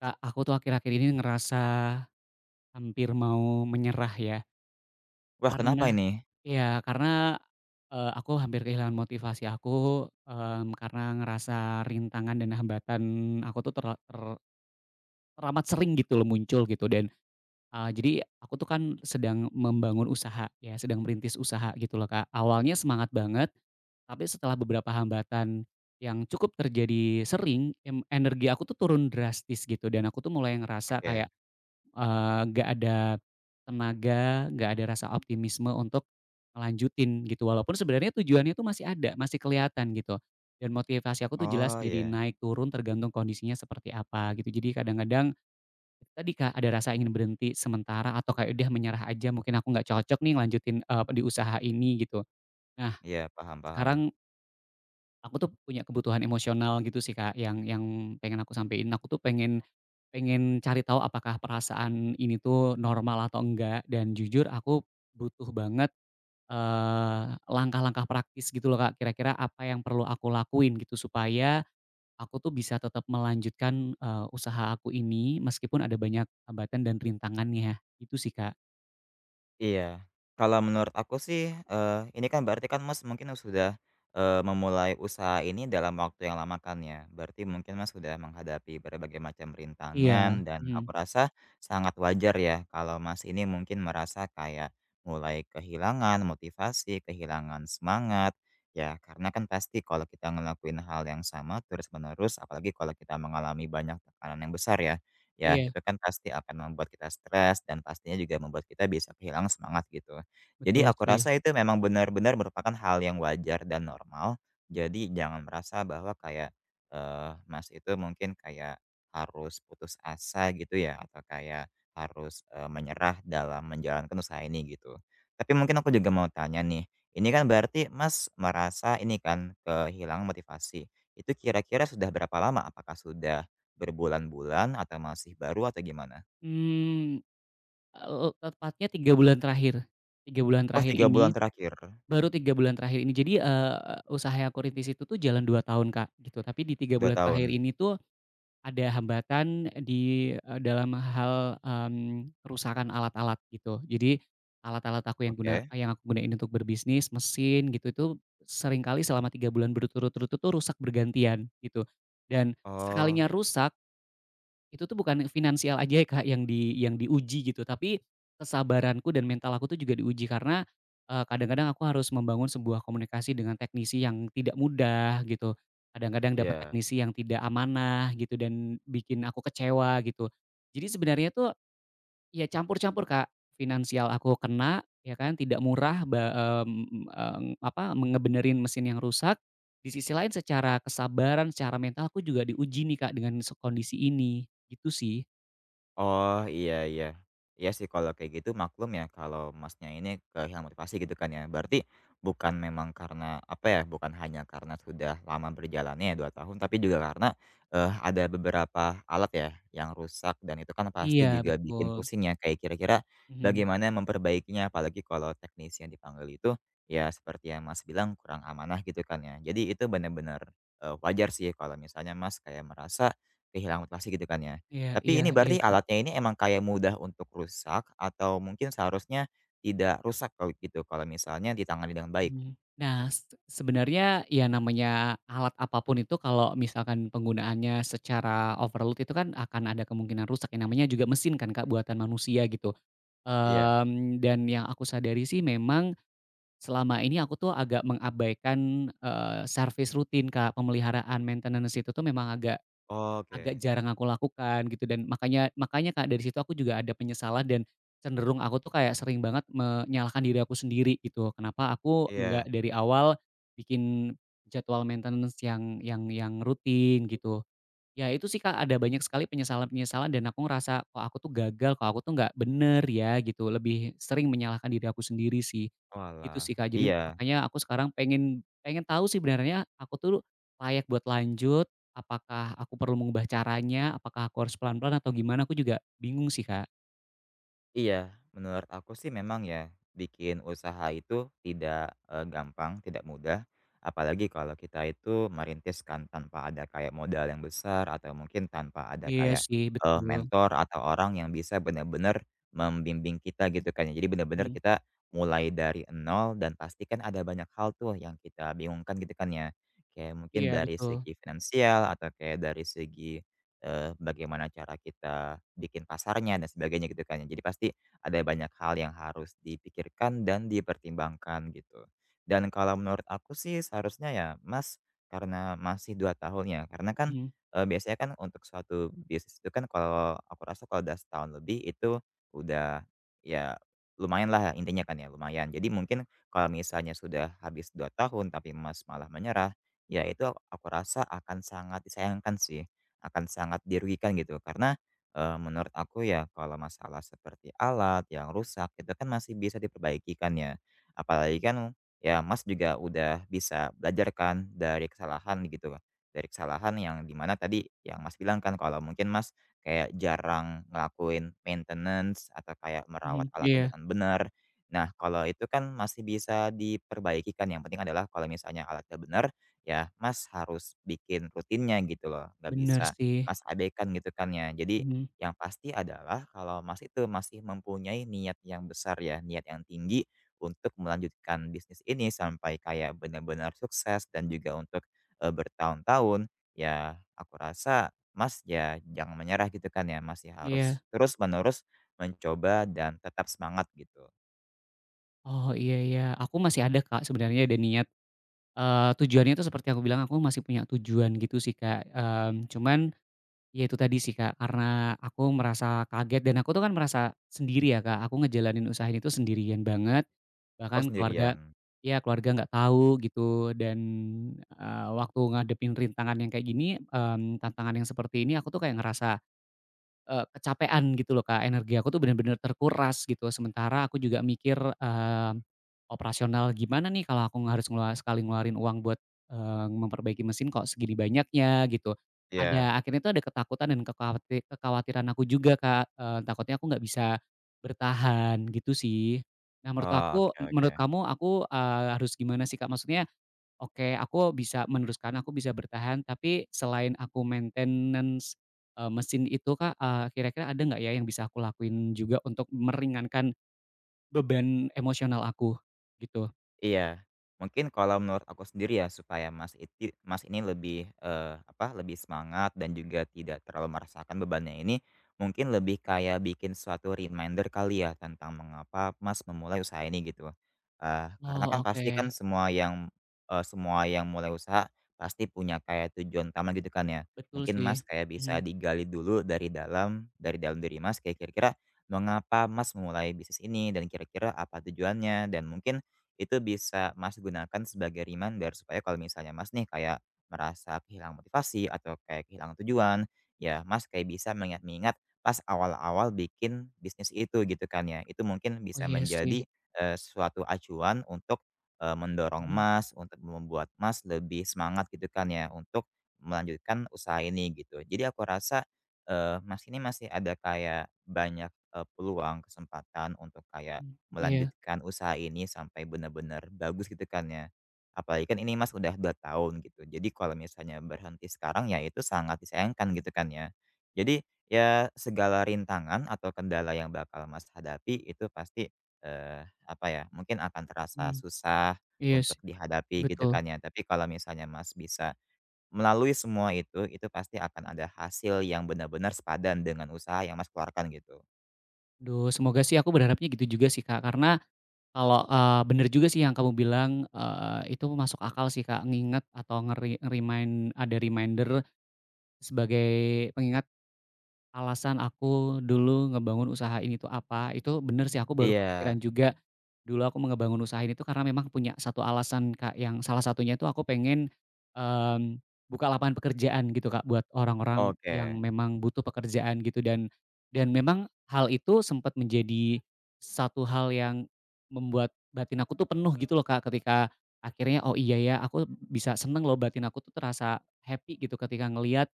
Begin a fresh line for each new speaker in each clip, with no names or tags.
Kak, aku tuh akhir-akhir ini ngerasa hampir mau menyerah ya,
Wah,
karena
kenapa ini?
karena aku hampir kehilangan motivasi aku, karena ngerasa rintangan dan hambatan aku tuh ter ter teramat sering gitu loh muncul gitu dan, jadi aku tuh kan sedang membangun usaha ya, sedang merintis usaha gitu loh, Kak. Awalnya semangat banget, tapi setelah beberapa hambatan yang cukup terjadi sering, energi aku tuh turun drastis gitu dan aku tuh mulai ngerasa kayak.
Oke.
Nggak ada tenaga, nggak ada rasa optimisme untuk ngelanjutin gitu. Walaupun sebenarnya tujuannya tuh masih ada, masih kelihatan gitu. Dan motivasi aku tuh jelas
Oh,
jadi
iya.
naik turun tergantung kondisinya seperti apa gitu. Jadi kadang-kadang tadi Kak, ada rasa ingin berhenti sementara atau kayak udah menyerah aja mungkin aku nggak cocok nih lanjutin di usaha ini gitu. Nah
Iya, paham paham.
sekarang aku tuh punya kebutuhan emosional gitu sih Kak yang pengen aku sampein. Aku tuh pengen Pengen cari tahu apakah perasaan ini tuh normal atau enggak, dan jujur aku butuh banget, langkah-langkah praktis gitu loh Kak, kira-kira apa yang perlu aku lakuin gitu supaya aku tuh bisa tetap melanjutkan, usaha aku ini meskipun ada banyak hambatan dan rintangannya, itu sih Kak.
Iya. Kalau menurut aku sih, ini kan berarti kan Mas mungkin sudah, memulai usaha ini dalam waktu yang lama kan ya. Berarti mungkin Mas sudah menghadapi berbagai macam
Iya,
rintangan dan aku
mhm,
rasa sangat wajar ya kalau Mas ini mungkin merasa kayak mulai kehilangan motivasi, kehilangan semangat, ya karena kan pasti kalau kita ngelakuin hal yang sama terus-menerus, apalagi kalau kita mengalami banyak tekanan yang besar ya. Ya
iya,
itu kan pasti akan membuat kita stres dan pastinya juga membuat kita bisa kehilangan semangat gitu. Jadi
betul
aku
sih.
rasa itu memang benar-benar merupakan hal yang wajar dan normal. Jadi jangan merasa bahwa kayak, Mas itu mungkin kayak harus putus asa gitu ya atau kayak harus, menyerah dalam menjalankan usaha ini gitu. Tapi mungkin aku juga mau tanya nih, ini kan berarti Mas merasa ini kan kehilangan motivasi, itu kira-kira sudah berapa lama? Apakah sudah berbulan-bulan atau masih baru atau gimana?
Mmm, Tepatnya 3 bulan terakhir, tiga bulan
Oh
terakhir
3 bulan
ini.
terakhir,
Baru 3 bulan terakhir ini. Jadi, usaha yang aku rintis itu tuh jalan 2 tahun, Kak, gitu. Tapi di tiga
2
bulan terakhir
tahun,
ini tuh ada hambatan di, dalam hal, kerusakan alat-alat gitu. Jadi alat-alat aku
oke.
yang aku gunain untuk berbisnis, mesin gitu itu seringkali selama 3 bulan berturut-turut itu tuh rusak bergantian gitu. Dan
Oh,
sekalinya rusak itu tuh bukan finansial aja ya Kak yang diuji gitu, tapi kesabaranku dan mental aku tuh juga diuji karena, kadang-kadang aku harus membangun sebuah komunikasi dengan teknisi yang tidak mudah gitu. Kadang-kadang dapat
iya.
teknisi yang tidak amanah gitu dan bikin aku kecewa gitu. Jadi sebenarnya tuh, iya, campur-campur Kak, finansial aku kena ya kan, tidak murah apa, ngebenerin mesin yang rusak. Di sisi lain secara kesabaran, secara mental aku juga diuji nih Kak dengan kondisi ini, gitu sih.
Oh, iya iya. Iya sih kalau kayak gitu maklum ya kalau Masnya ini kehilangan motivasi gitu kan ya. Berarti bukan memang karena apa ya, bukan hanya karena sudah lama berjalannya ya 2 tahun, tapi juga karena, ada beberapa alat ya yang rusak dan itu kan pasti
Iya
juga bikin
betul,
pusing ya, kayak kira-kira
mhm.
bagaimana memperbaikinya, apalagi kalau teknisi yang dipanggil itu ya seperti yang Mas bilang kurang amanah gitu kan ya. Jadi itu benar-benar wajar sih kalau misalnya Mas kayak merasa kehilangan motivasi gitu kan ya.
Iya iya
Tapi ini
iya
berarti
Kak,
alatnya ini emang kayak mudah untuk rusak atau mungkin seharusnya tidak rusak kalau gitu, kalau misalnya ditangani dengan baik?
mhm. Nah, sebenarnya ya namanya alat apapun itu kalau misalkan penggunaannya secara overload itu kan akan ada kemungkinan rusak, yang namanya juga mesin kan Kak buatan manusia gitu.
Iya.
Dan yang aku sadari sih memang selama ini aku tuh agak mengabaikan, servis rutin Kak, pemeliharaan maintenance itu tuh memang agak agak
Oke.
jarang aku lakukan gitu dan makanya makanya Kak, dari situ aku juga ada penyesalan dan cenderung aku tuh kayak sering banget menyalahkan diri aku sendiri gitu. Kenapa aku
Iya.
nggak dari awal bikin jadwal maintenance yang rutin gitu. Ya itu sih Kak, ada banyak sekali penyesalan-penyesalan dan aku ngerasa, kok aku tuh gagal, kok aku tuh nggak bener ya gitu, lebih sering menyalahkan diri aku sendiri sih. Gitu
Walah
sih Kak, jadi
iya.
makanya aku sekarang pengen pengen tahu sih sebenarnya aku tuh layak buat lanjut, apakah aku perlu mengubah caranya, apakah aku harus pelan-pelan atau gimana, aku juga bingung sih Kak.
Iya, menurut aku sih memang ya, bikin usaha itu tidak, gampang, tidak mudah. Apalagi kalau kita itu merintis kan tanpa ada kayak modal yang besar atau mungkin tanpa ada
Iya
kayak,
sih, betul.
mentor atau orang yang bisa benar-benar membimbing kita gitu kan ya. Jadi benar-benar
Mhm,
kita mulai dari nol dan pasti kan ada banyak hal tuh yang kita bingungkan gitu kan ya. Kayak mungkin
iya
dari
betul.
segi finansial atau kayak dari segi bagaimana cara kita bikin pasarnya dan sebagainya gitu kan ya. Jadi pasti ada banyak hal yang harus dipikirkan dan dipertimbangkan gitu. Dan kalau menurut aku sih seharusnya ya Mas, karena masih 2 tahun ya, karena kan,
Mhm
biasanya kan untuk suatu bisnis itu kan kalau aku rasa kalau udah setahun lebih itu udah ya lumayan lah ya, intinya kan ya, lumayan. Jadi mungkin kalau misalnya sudah habis 2 tahun tapi Mas malah menyerah, ya itu aku rasa akan sangat disayangkan sih akan sangat dirugikan gitu. Karena, menurut aku ya kalau masalah seperti alat yang rusak itu kan masih bisa diperbaiki kan ya. Apalagi kan ya Mas juga udah bisa belajar kan dari kesalahan gitu, dari kesalahan yang dimana tadi yang Mas bilang kan kalau mungkin Mas kayak jarang ngelakuin maintenance atau kayak merawat
mhm,
alatnya
iya,
dengan benar. Nah kalau itu kan masih bisa diperbaiki kan, yang penting adalah kalau misalnya alatnya benar, ya Mas harus bikin rutinnya gitu loh, nggak
bener
bisa
sih.
Mas abaikan gitu kan ya. Jadi
Mhm,
yang pasti adalah kalau Mas itu masih mempunyai niat yang besar ya, niat yang tinggi untuk melanjutkan bisnis ini sampai kayak benar-benar sukses dan juga untuk, bertahun-tahun, ya aku rasa Mas ya jangan menyerah gitu kan ya, masih
iya.
harus terus-menerus mencoba dan tetap semangat gitu.
Oh iya iya, aku masih ada Kak sebenarnya ada niat. Tujuannya itu seperti aku bilang, aku masih punya tujuan gitu sih, Kak. Cuman ya itu tadi sih, Kak, karena aku merasa kaget dan aku tuh kan merasa sendiri ya, Kak. Aku ngejalanin usaha ini tuh sendirian banget,
Oh
bahkan keluarga
sendirian?
ya keluarga nggak tahu gitu dan, waktu ngadepin rintangan yang kayak gini, tantangan yang seperti ini aku tuh kayak ngerasa kecapean gitu loh Kak, energi aku tuh bener-bener terkuras gitu. Sementara aku juga mikir, operasional gimana nih kalau aku harus sekali ngeluarin uang buat, memperbaiki mesin kok segini banyaknya gitu.
Iya.
Ada akhirnya tuh ada ketakutan dan kekhawatiran aku juga Kak, takutnya aku nggak bisa bertahan gitu sih. Nah
Oh, oke
menurut
oke.
kamu aku, harus gimana sih Kak? Maksudnya, oke, aku bisa meneruskan, aku bisa bertahan, tapi selain aku maintenance, mesin itu Kak, kira-kira ada nggak ya yang bisa aku lakuin juga untuk meringankan beban emosional aku? Gitu.
Iya. Mungkin kalau menurut aku sendiri ya supaya Mas ini lebih, apa, lebih semangat dan juga tidak terlalu merasakan bebannya ini, mungkin lebih kayak bikin suatu reminder kali ya tentang mengapa Mas memulai usaha ini gitu. Karena
Oh
kan pasti
oke,
kan semua yang, semua yang mulai usaha pasti punya kayak tujuan utama gitu kan ya.
betul
Mungkin Mas
sih.
kayak bisa
Mhm.
digali dulu dari dalam diri Mas kayak kira-kira mengapa Mas memulai bisnis ini dan kira-kira apa tujuannya dan mungkin itu bisa Mas gunakan sebagai reminder supaya kalau misalnya Mas nih kayak merasa kehilangan motivasi atau kayak kehilangan tujuan, ya Mas kayak bisa mengingat-ingat pas awal-awal bikin bisnis itu gitu kan ya. Itu mungkin
Oh
bisa
iya sih.
menjadi eh, suatu acuan untuk eh, mendorong
Mhm
Mas, untuk membuat Mas lebih semangat gitu kan ya untuk melanjutkan usaha ini gitu. Jadi aku rasa eh, Mas ini masih ada kayak banyak eh, peluang, kesempatan untuk kayak
mhm. Iya.
melanjutkan usaha ini sampai benar-benar bagus gitu kan ya. Apalagi kan ini Mas udah 2 tahun gitu. Jadi kalau misalnya berhenti sekarang ya itu sangat disayangkan gitu kan ya. Jadi ya segala rintangan atau kendala yang bakal Mas hadapi itu pasti, eee, apa ya, mungkin akan terasa
Mhm.
susah
Iya
untuk
sih,
dihadapi gitu
betul.
kan ya. Tapi kalau misalnya Mas bisa melalui semua itu pasti akan ada hasil yang benar-benar sepadan dengan usaha yang Mas keluarkan gitu.
Duh, semoga sih aku berharapnya gitu juga sih Kak, karena kalau, bener juga sih yang kamu bilang, itu masuk akal sih Kak, nginget atau nge-remind ada reminder. Sebagai pengingat alasan aku dulu ngebangun usaha ini tuh apa, itu bener sih aku baru
Iya,
kepikiran juga, dulu aku ngebangun usaha ini tuh karena memang punya satu alasan Kak, yang salah satunya tuh aku pengen, mmm, buka lapangan pekerjaan gitu Kak, buat orang-orang yang
oke,
memang butuh pekerjaan gitu dan memang hal itu sempat menjadi satu hal yang membuat batin aku tuh penuh gitu loh Kak, ketika akhirnya, "Oh iya ya, aku bisa seneng loh batin aku tuh terasa happy gitu ketika ngelihat"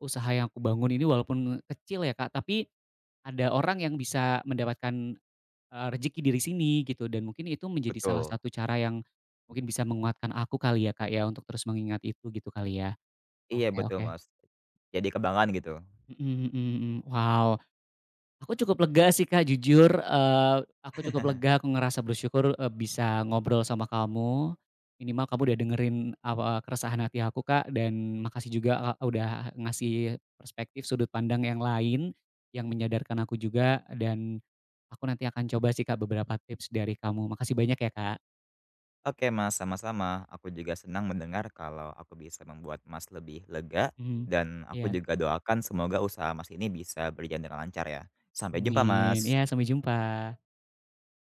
usaha yang aku bangun ini walaupun kecil ya Kak, tapi ada orang yang bisa mendapatkan, rezeki dari sini gitu dan mungkin itu menjadi salah
betul.
satu cara yang mungkin bisa menguatkan aku kali ya Kak ya, untuk terus mengingat itu gitu kali ya.
Iya
Oke
betul,
oke.
Mas. Jadi kebanggaan gitu.
Mhm mhm mhm. Wow. Aku cukup lega sih Kak, jujur, aku cukup lega, aku ngerasa bersyukur, bisa ngobrol sama kamu. Minimal kamu udah dengerin apa, eh, keresahan hati aku Kak, dan makasih juga, Kak, udah ngasih perspektif sudut pandang yang lain, yang menyadarkan aku juga, dan aku nanti akan coba sih Kak, beberapa tips dari kamu. Makasih banyak ya Kak.
Oke, Mas, sama-sama. Aku juga senang mendengar kalau aku bisa membuat Mas lebih lega
Mhm.
dan aku
Iya,
juga doakan semoga usaha Mas ini bisa berjalan dengan lancar ya. Sampai jumpa,
amin. Iya,
Mas.
sampai jumpa.